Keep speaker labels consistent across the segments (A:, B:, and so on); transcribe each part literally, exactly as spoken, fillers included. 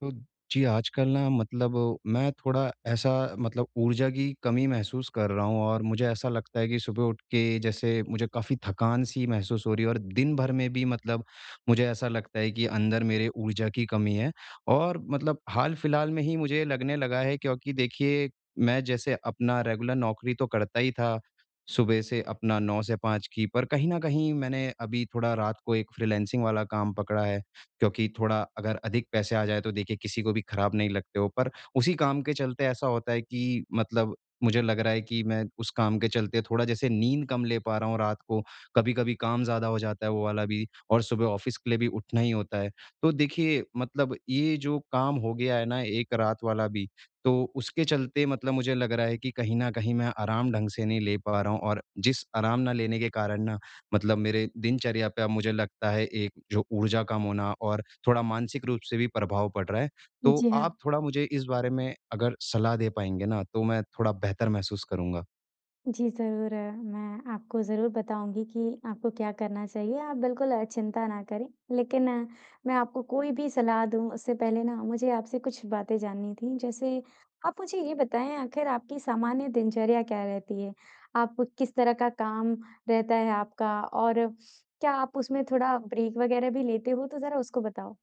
A: तो जी, आजकल ना मतलब मैं थोड़ा ऐसा मतलब ऊर्जा की कमी महसूस कर रहा हूँ और मुझे ऐसा लगता है कि सुबह उठ के जैसे मुझे काफ़ी थकान-सी महसूस हो रही है और दिन भर में भी मतलब मुझे ऐसा लगता है कि अंदर मेरे ऊर्जा की कमी है। और मतलब हाल-फिलहाल में ही मुझे लगने लगा है, क्योंकि देखिए, मैं जैसे अपना रेगुलर नौकरी तो करता ही था, सुबह से अपना नौ से पाँच की, पर कहीं न कहीं मैंने अभी थोड़ा रात को एक फ्रीलांसिंग वाला काम पकड़ा है। क्योंकि थोड़ा अगर अधिक पैसे आ जाए तो देखिए किसी को भी खराब नहीं लगते हो, पर उसी काम के चलते ऐसा होता है कि मतलब मुझे लग रहा है कि मैं उस काम के चलते थोड़ा जैसे नींद कम ले पा रहा हूँ रात को, कभी-कभी काम ज़्यादा हो जाता है वो वाला भी, और सुबह ऑफ़िस के लिए भी उठना ही होता है। तो देखिए मतलब ये जो काम हो गया है ना एक रात वाला भी, तो उसके चलते मतलब मुझे लग रहा है कि कहीं न कहीं मैं आराम ढंग से नहीं ले पा रहा हूँ, और जिस आराम ना लेने के कारण ना मतलब मेरे दिनचर्या पे अब मुझे लगता है एक जो ऊर्जा कम होना और थोड़ा मानसिक रूप से भी प्रभाव पड़ रहा है। तो
B: जी हाँ,
A: आप थोड़ा मुझे इस बारे में अगर सलाह दे पाएँगे ना, तो मैं थोड़ा बेहतर महसूस करूँगा।
B: जी ज़रूर, अ, मैं आपको ज़रूर बताऊँगी कि आपको क्या करना चाहिए, आप बिल्कुल अ, चिंता ना करें। लेकिन अ, मैं आपको कोई भी सलाह दूँ उससे पहले ना मुझे आपसे कुछ बातें जाननी थी। जैसे आप मुझे ये बताएँ आखिर आपकी सामान्य दिनचर्या क्या रहती है? आप किस तरह का काम रहता है आपका और क्या आप उसमें थोड़ा ब्रेक वग़ैरह भी लेते हो? तो ज़रा उसको बताओ।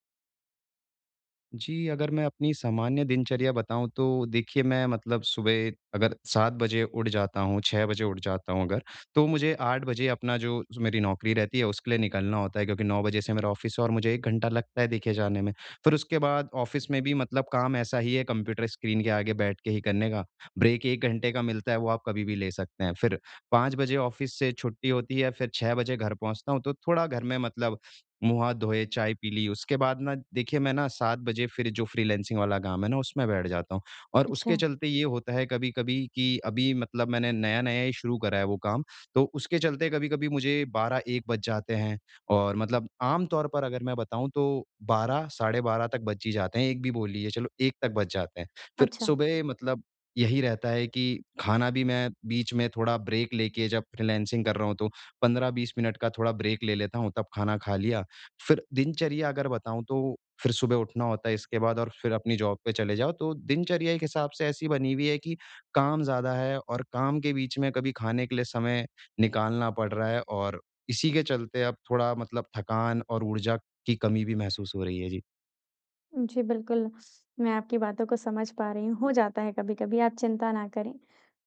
A: जी, अगर मैं अपनी सामान्य दिनचर्या बताऊँ तो देखिए मैं मतलब सुबह अगर सात बजे उठ जाता हूँ, छह बजे उठ जाता हूँ अगर, तो मुझे आठ बजे अपना जो मेरी नौकरी रहती है उसके लिए निकलना होता है, क्योंकि नौ बजे से मेरा ऑफ़िस है और मुझे एक घंटा लगता है देखिए जाने में। फिर उसके बाद ऑफ़िस में भी मतलब काम ऐसा ही है, कंप्यूटर स्क्रीन के आगे बैठ के ही करने का। ब्रेक एक घंटे का मिलता है, वो आप कभी भी ले सकते हैं। फिर पाँच बजे ऑफ़िस से छुट्टी होती है, फिर छह बजे घर पहुँचता हूँ, तो थोड़ा घर में मतलब मुँह-हाथ धोए, चाय पी ली, उसके बाद ना देखिए मैं ना सात बजे फिर जो फ्रीलांसिंग वाला काम है ना उसमें बैठ जाता हूँ। और उसके
B: अच्छा।
A: चलते ये होता है कभी-कभी कि अभी मतलब मैंने नया-नया ही शुरू करा है वो काम, तो उसके चलते कभी-कभी मुझे बारह एक बज जाते हैं, और मतलब आम तौर पर अगर मैं बताऊँ तो बारह, साढ़े बारह तक बज ही जाते हैं, एक भी बोल लीजिए, चलो एक तक बज जाते हैं। फिर
B: अच्छा।
A: सुबह मतलब यही रहता है कि खाना भी मैं बीच में थोड़ा ब्रेक लेके, जब फ्रीलांसिंग कर रहा हूँ तो पंद्रह बीस मिनट का थोड़ा ब्रेक ले लेता हूँ, तब खाना खा लिया, फिर दिनचर्या अगर बताऊँ तो फिर सुबह उठना होता है इसके बाद और फिर अपनी जॉब पे चले जाओ। तो दिनचर्या एक हिसाब से ऐसी बनी हुई है कि काम ज़्यादा है और काम के बीच में कभी खाने के लिए समय निकालना पड़ रहा है, और इसी के चलते अब थोड़ा मतलब थकान और ऊर्जा की कमी भी महसूस हो रही है। जी।
B: जी, बिल्कुल, मैं आपकी बातों को समझ पा रही हूँ, हो जाता है कभी-कभी, आप चिंता ना करें।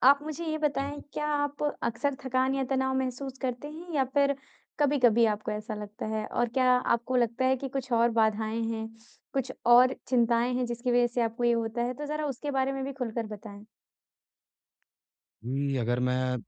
B: आप मुझे ये
A: जी।
B: बताएँ, क्या आप अक्सर थकान या तनाव महसूस करते हैं या फिर कभी-कभी आपको ऐसा लगता है? और क्या आपको लगता है कि कुछ और बाधाएँ हैं, कुछ और चिंताएँ हैं, जिसकी वज़ह से आपको ये होता है? तो ज़रा उसके बारे में भी खुलकर बताएँ।
A: जी, अगर मैं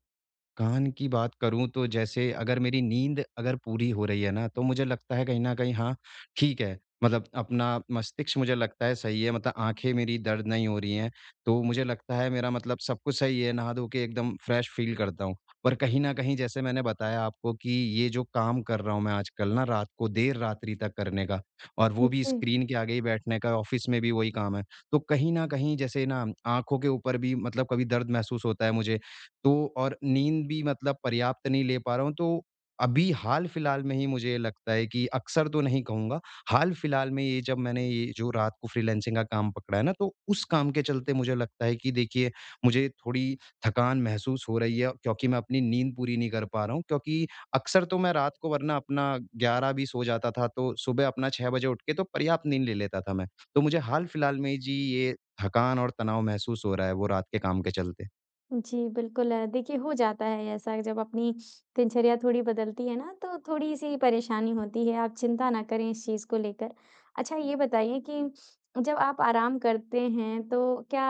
A: कान की बात करूँ तो जैसे अगर मेरी नींद अगर पूरी हो रही है ना, तो मुझे लगता है कहीं न कहीं हाँ, ठीक है। मतलब अपना मस्तिष्क मुझे लगता है सही है, मतलब आँखें मेरी दर्द नहीं हो रही हैं, तो मुझे लगता है मेरा मतलब सब कुछ सही है, नहा-धो के एकदम फ्रेश फ़ील करता हूँ। पर कहीं न कहीं जैसे मैंने बताया आपको कि ये जो काम कर रहा हूँ मैं आजकल ना रात को देर रात्रि तक करने का, और वो भी
B: जी।
A: स्क्रीन के आगे ही बैठने का, ऑफ़िस में भी वही काम है। तो कहीं न कहीं जैसे ना आँखों के ऊपर भी मतलब कभी दर्द महसूस होता है मुझे, तो और नींद भी मतलब पर्याप्त नहीं ले पा रहा हूँ, तो अभी हाल-फिलहाल में ही मुझे लगता है कि अक्सर तो नहीं कहूँगा, हाल-फिलहाल में ये, जब मैंने ये जो रात को फ्रीलांसिंग का काम पकड़ा है ना, तो उस काम के चलते मुझे लगता है कि देखिए, मुझे थोड़ी थकान महसूस हो रही है, क्योंकि मैं अपनी नींद पूरी नहीं कर पा रहा हूँ। क्योंकि अक्सर तो मैं रात को वरना अपना ग्यारह भी सो जाता था, तो सुबह अपना छह बजे उठ के तो पर्याप्त नींद ले लेता था मैं। तो मुझे हाल-फिलहाल में जी ये थकान और तनाव महसूस हो रहा है वो रात के काम के चलते।
B: जी, बिल्कुल। अ, देखिए, हो जाता है ऐसा जब अपनी दिनचर्या थोड़ी बदलती है ना, तो थोड़ी-सी परेशानी होती है, आप चिंता ना करें इस चीज़ को लेकर। अच्छा ये बताइए कि जब आप आराम करते हैं, तो क्या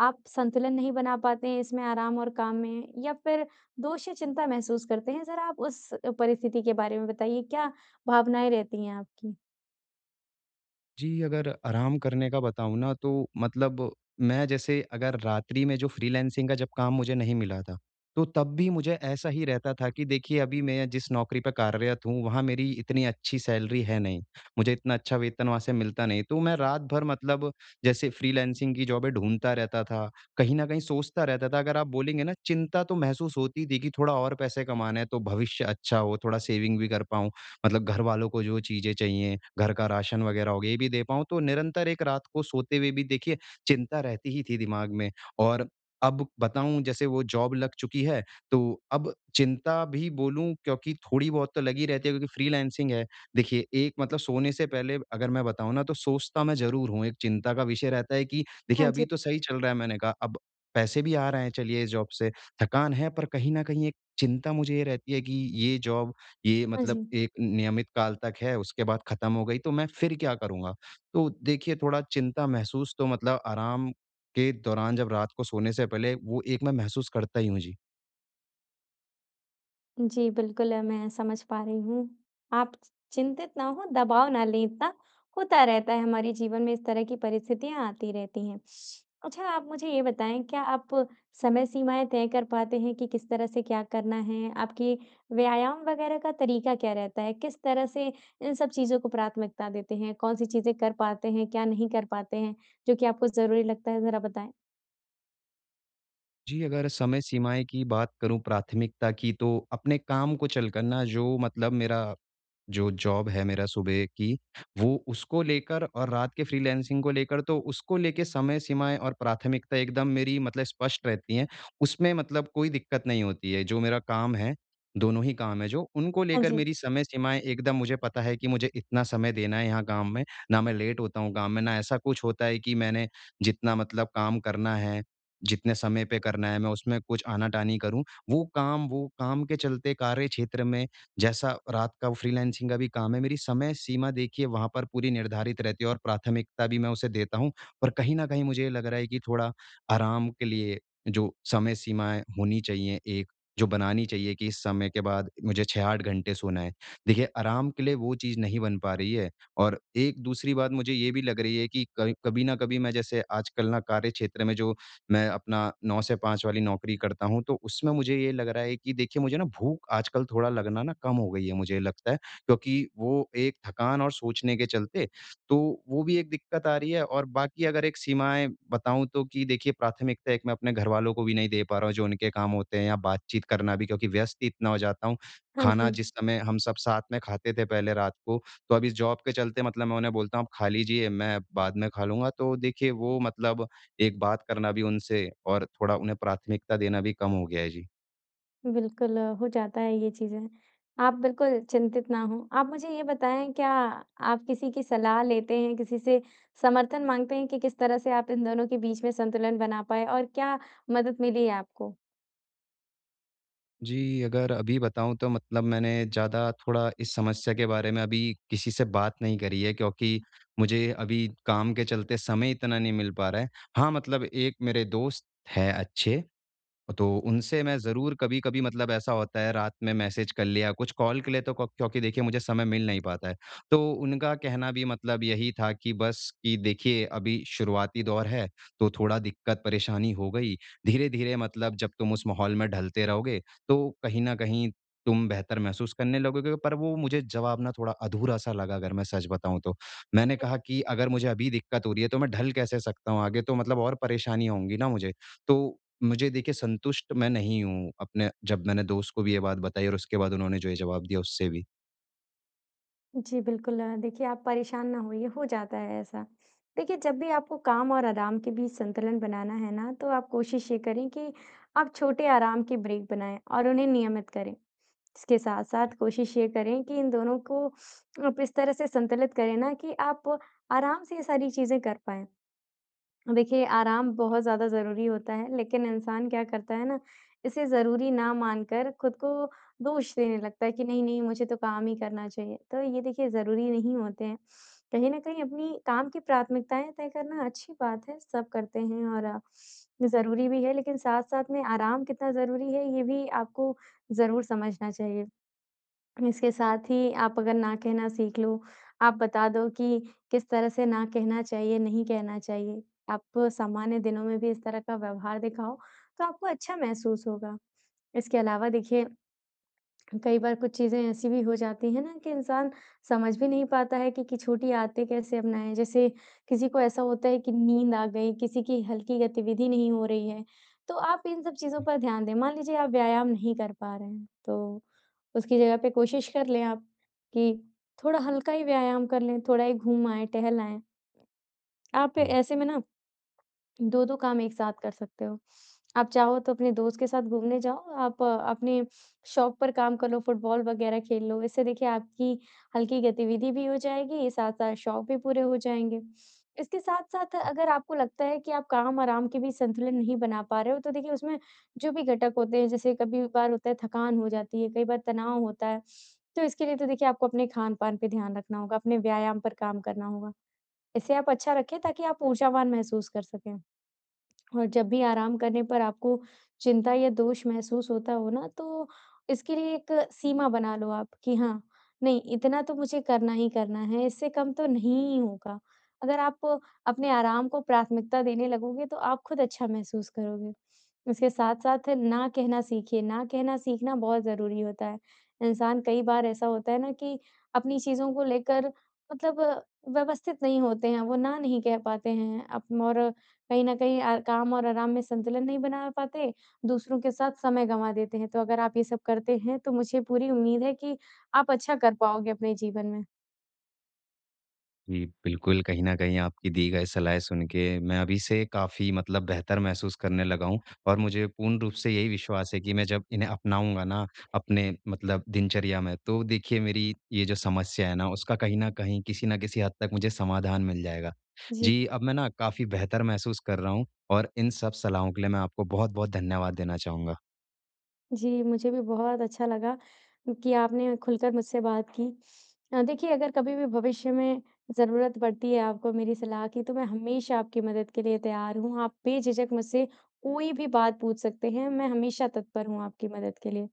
B: आप संतुलन नहीं बना पाते हैं इसमें आराम और काम में? या फिर दोष या चिंता महसूस करते हैं? ज़रा आप उस परिस्थिति के बारे में बताइए, क्या भावनाएँ रहती हैं आपकी?
A: जी, अगर आराम करने का बताऊँ ना तो मतलब मैं जैसे अगर रात्रि में जो फ्रीलांसिंग का जब काम मुझे नहीं मिला था, तो तब भी मुझे ऐसा ही रहता था कि देखिए अभी मैं जिस नौकरी पे कार्यरत हूँ, वहाँ मेरी इतनी अच्छी सैलरी है नहीं। मुझे इतना अच्छा वेतन वहाँ से मिलता नहीं, तो मैं रात भर मतलब जैसे फ्रीलांसिंग की जॉबें ढूँढता रहता था। कहीं न कहीं सोचता रहता था, अगर आप बोलेंगे ना चिंता तो महसूस होती थी कि थोड़ा और पैसे कमाने हैं, तो भविष्य अच्छा हो, थोड़ा सेविंग भी कर पाऊँ। मतलब घर वालों को जो चीज़ें चाहिए, घर का राशन वग़ैरह हो गया, ये भी दे पाऊँ, तो निरंतर एक रात को सोते हुए भी देखिए चिंता रहती ही थी दिमाग में। और अब बताऊँ जैसे वो जॉब लग चुकी है, तो अब चिंता भी बोलूँ क्योंकि थोड़ी बहुत तो लगी रहती है, क्योंकि फ्रीलांसिंग है। देखिए एक मतलब सोने से पहले अगर मैं बताऊँ ना तो सोचता मैं ज़रूर हूँ, एक चिंता का विषय रहता है कि देखिए
B: हाँ
A: अभी
B: जी,
A: तो सही चल रहा है, मैंने कहा, अब पैसे भी आ रहे हैं चलिए इस जॉब से, थकान है पर कहीं न कहीं एक चिंता मुझे ये रहती है कि ये जॉब ये
B: हाँ जी।
A: मतलब एक नियमित काल तक है, उसके बाद खत्म हो गई तो मैं फिर क्या करूँगा? तो देखिए थोड़ा चिंता महसूस तो मतलब आराम के दौरान जब रात को सोने से पहले वो एक मैं महसूस करता ही हूँ, जी।
B: जी, बिल्कुल अ, मैं समझ पा रही हूँ। आप चिंतित ना हों, दबाव ना लें इतना, होता रहता है हमारे जीवन में इस तरह की परिस्थितियाँ आती रहती हैं। अच्छा आप मुझे ये बताएँ क्या आप समय सीमाएँ तय कर पाते हैं कि किस तरह से क्या करना है? आपकी व्यायाम वग़ैरह का तरीका क्या रहता है? किस तरह से इन सब चीज़ों को प्राथमिकता देते हैं? कौन-सी चीज़ें कर पाते हैं, क्या नहीं कर पाते हैं, जो कि आपको ज़रूरी लगता है? ज़रा बताएँ?
A: जी, अगर समय सीमाएँ की बात करूँ, प्राथमिकता की, तो अपने काम को चल कर ना जो मतलब मेरा जो जॉब है मेरा सुबह की, वो उसको लेकर और रात के फ्रीलांसिंग को लेकर, तो उसको लेके समय सीमाएँ और प्राथमिकता एकदम मेरी मतलब स्पष्ट रहती हैं। उसमें मतलब कोई दिक्कत नहीं होती है, जो मेरा काम है, दोनों ही काम है जो, उनको
B: हाँ
A: लेकर
B: जी।
A: मेरी समय सीमाएँ एकदम मुझे पता है कि मुझे इतना समय देना है यहाँ काम में, ना मैं लेट होता हूँ काम में, ना ऐसा कुछ होता है कि मैंने जितना मतलब काम करना है, जितने समय पे करना है, मैं उसमें कुछ आना-टानी करूँ। वो काम वो काम के चलते कार्यक्षेत्र में जैसा रात का फ्रीलांसिंग का भी काम है, मेरी समय सीमा देखिए वहाँ पर पूरी निर्धारित रहती है और प्राथमिकता भी मैं उसे देता हूँ। पर कहीं न कहीं मुझे ये लग रहा है कि थोड़ा आराम के लिए जो समय सीमाएँ होनी चाहिए एक, जो बनानी चाहिए कि इस समय के बाद मुझे छह आठ घंटे सोना है। देखिए, आराम के लिए वो चीज़ नहीं बन पा रही है, और एक दूसरी बात मुझे ये भी लग रही है कि कभी कभी न कभी मैं जैसे आजकल ना कार्यक्षेत्र में जो मैं अपना नौ से पाँच वाली नौकरी करता हूँ, तो उसमें मुझे ये लग रहा है कि देखिए मुझे ना भूख आजकल थोड़ा लगना ना कम हो गई है मुझे लगता है, क्योंकि वो एक थकान और सोचने के चलते, तो वो भी एक दिक्कत आ रही है, और बाकी अगर एक सीमाएँ बताऊँ तो, कि देखिए प्राथमिकता एक मैं अपने घरवालों को भी नहीं दे पा रहा हूँ, जो उनके काम होते हैं या बातचीत करना भी, क्योंकि व्यस्त ही इतना हो जाता हूँ।
B: हाँ
A: खाना
B: जी।
A: जिस समय हम सब साथ में खाते थे पहले रात को, तो अब इस जॉब के चलते मतलब मैं उन्हें बोलता हूँ, "आप खा लीजिए, मैं बाद में खा लूँगा।" तो देखिए वो मतलब एक बात करना भी उनसे और थोड़ा उन्हें प्राथमिकता देना भी कम हो गया है जी।
B: बिल्कुल, अ, हो जाता है ये चीज़ें। आप बिल्कुल चिंतित ना हों। आप मुझे ये बताएँ क्या आप किसी की सलाह लेते हैं, किसी से समर्थन माँगते हैं कि किस तरह से आप इन दोनों के बीच में संतुलन बना पाएँ और क्या मदद मिली है आपको?
A: जी, अगर अभी बताऊँ तो मतलब मैंने ज़्यादा थोड़ा इस समस्या के बारे में अभी किसी से बात नहीं करी है, क्योंकि मुझे अभी काम के चलते समय इतना नहीं मिल पा रहा है। हाँ, मतलब एक मेरे दोस्त हैं अच्छे, तो उनसे मैं ज़रूर कभी-कभी मतलब ऐसा होता है रात में मैसेज कर लिया कुछ कॉल के लिए, तो क्यों, क्योंकि देखिए मुझे समय मिल नहीं पाता है। तो उनका कहना भी मतलब यही था कि बस कि देखिए अभी शुरुआती दौर है, तो थोड़ा दिक्कत परेशानी हो गई। धीरे-धीरे मतलब जब तुम उस माहौल में ढलते रहोगे, तो कहीं न कहीं तुम बेहतर महसूस करने लगोगे। पर वो मुझे जवाब ना थोड़ा अधूरा-सा लगा, अगर मैं सच बताऊँ तो। मैंने कहा कि अगर मुझे अभी दिक्कत हो रही है तो मैं ढल कैसे सकता हूँ आगे, तो मतलब और परेशानियाँ होंगी ना मुझे। तो मुझे देखिए संतुष्ट मैं नहीं हूँ, अपने जब मैंने दोस्त को भी ये बात बताई और उसके बाद उन्होंने जो ये जवाब दिया उससे भी।
B: जी, बिल्कुल। अ, देखिए, आप परेशान ना होइए, हो जाता है ऐसा। देखिए, जब भी आपको काम और आराम के बीच संतुलन बनाना है ना, तो आप कोशिश ये करें कि आप छोटे आराम के ब्रेक बनाएँ और उन्हें नियमित करें। इसके साथ-साथ कोशिश ये करें कि इन दोनों को आप इस तरह से संतुलित करें ना कि आप आराम से ये सारी चीज़ें कर पाएँ। देखिए, आराम बहुत ज़्यादा ज़रूरी होता है, लेकिन इंसान क्या करता है ना, इसे ज़रूरी ना मानकर खुद को दोष देने लगता है कि नहीं-नहीं मुझे तो काम ही करना चाहिए। तो ये देखिए ज़रूरी नहीं होते हैं। कहीं न कहीं अपनी काम की प्राथमिकताएँ तय करना अच्छी बात है, सब करते हैं और ज़रूरी भी है, लेकिन साथ-साथ में आराम कितना ज़रूरी है, ये भी आपको ज़रूर समझना चाहिए। इसके साथ ही आप अगर ना कहना सीख लो, आप बता दो कि किस तरह से ना कहना चाहिए, नहीं कहना चाहिए। आप सामान्य दिनों में भी इस तरह का व्यवहार दिखाओ, तो आपको अच्छा महसूस होगा। इसके अलावा देखिए कई बार कुछ चीज़ें ऐसी भी हो जाती हैं ना कि इंसान समझ भी नहीं पाता है कि, कि छोटी आदतें कैसे अपनाएँ। जैसे किसी को ऐसा होता है कि नींद आ गई, किसी की हल्की गतिविधि नहीं हो रही है। तो आप इन सब चीज़ों पर ध्यान दें। मान लीजिए आप व्यायाम नहीं कर पा रहे हैं, तो उसकी जगह पे कोशिश कर लें आप कि थोड़ा हल्का ही व्यायाम कर लें, थोड़ा ही घूम आएँ, टहल आएँ। आप
A: जी।
B: ऐसे में ना दो दो काम एक साथ कर सकते हो। आप चाहो तो अपने दोस्त के साथ घूमने जाओ, आप अ, अपने शौक पर काम कर लो, फुटबॉल वगैरह खेल लो। इससे देखिए आपकी हल्की गतिविधि भी हो जाएगी, साथ-साथ शौक भी पूरे हो जाएँगे। इसके साथ-साथ अगर आपको लगता है कि आप काम-आराम के बीच संतुलन नहीं बना पा रहे हो, तो देखिए उसमें जो भी घटक होते हैं, जैसे कभी-कभार होता है थकान हो जाती है, कई बार तनाव होता है। तो इसके लिए तो देखिए आपको अपने खान-पान पे ध्यान रखना होगा, अपने व्यायाम पर काम करना होगा। इसे आप अच्छा रखें ताकि आप ऊर्जावान महसूस कर सकें। और जब भी आराम करने पर आपको चिंता या दोष महसूस होता हो ना, तो इसके लिए एक सीमा बना लो आप कि हाँ, नहीं इतना तो मुझे करना ही करना है, इससे कम तो नहीं होगा। अगर आप अपने आराम को प्राथमिकता देने लगोगे तो आप खुद अच्छा महसूस करोगे। उसके साथ-साथ ना कहना सीखिए, ना कहना सीखना बहुत ज़रूरी होता है। इंसान कई बार ऐसा होता है ना कि अपनी चीज़ों को लेकर मतलब व्यवस्थित नहीं होते हैं, वो ना नहीं कह पाते हैं अप और कहीं न कहीं अ, काम और आराम में संतुलन नहीं बना पाते, दूसरों के साथ समय गँवा देते हैं। तो अगर आप ये सब करते हैं, तो मुझे पूरी उम्मीद है कि आप अच्छा कर पाओगे अपने जीवन में।
A: जी, बिल्कुल, कहीं न कहीं आपकी दी गई सलाह सुन के मैं अभी से काफ़ी मतलब बेहतर महसूस करने लगा हूँ, और मुझे पूर्ण रूप से यही विश्वास है कि मैं जब इन्हें अपनाऊँगा ना अपने मतलब दिनचर्या में, तो देखिए मेरी ये जो समस्या है ना उसका कहीं न कहीं किसी न किसी हद तक मुझे समाधान मिल जाएगा।
B: जी,
A: जी, अब मैं ना काफ़ी बेहतर महसूस कर रहा हूँ, और इन सब सलाहों के लिए मैं आपको बहुत-बहुत धन्यवाद देना चाहूँगा।
B: जी, मुझे भी बहुत अच्छा लगा कि आपने खुलकर मुझसे बात की। अ, देखिए, अगर कभी भी भविष्य में ज़रूरत पड़ती है आपको मेरी सलाह की, तो मैं हमेशा आपकी मदद के लिए तैयार हूँ। आप बेझिझक मुझसे कोई भी बात पूछ सकते हैं, मैं हमेशा तत्पर हूँ आपकी मदद के लिए।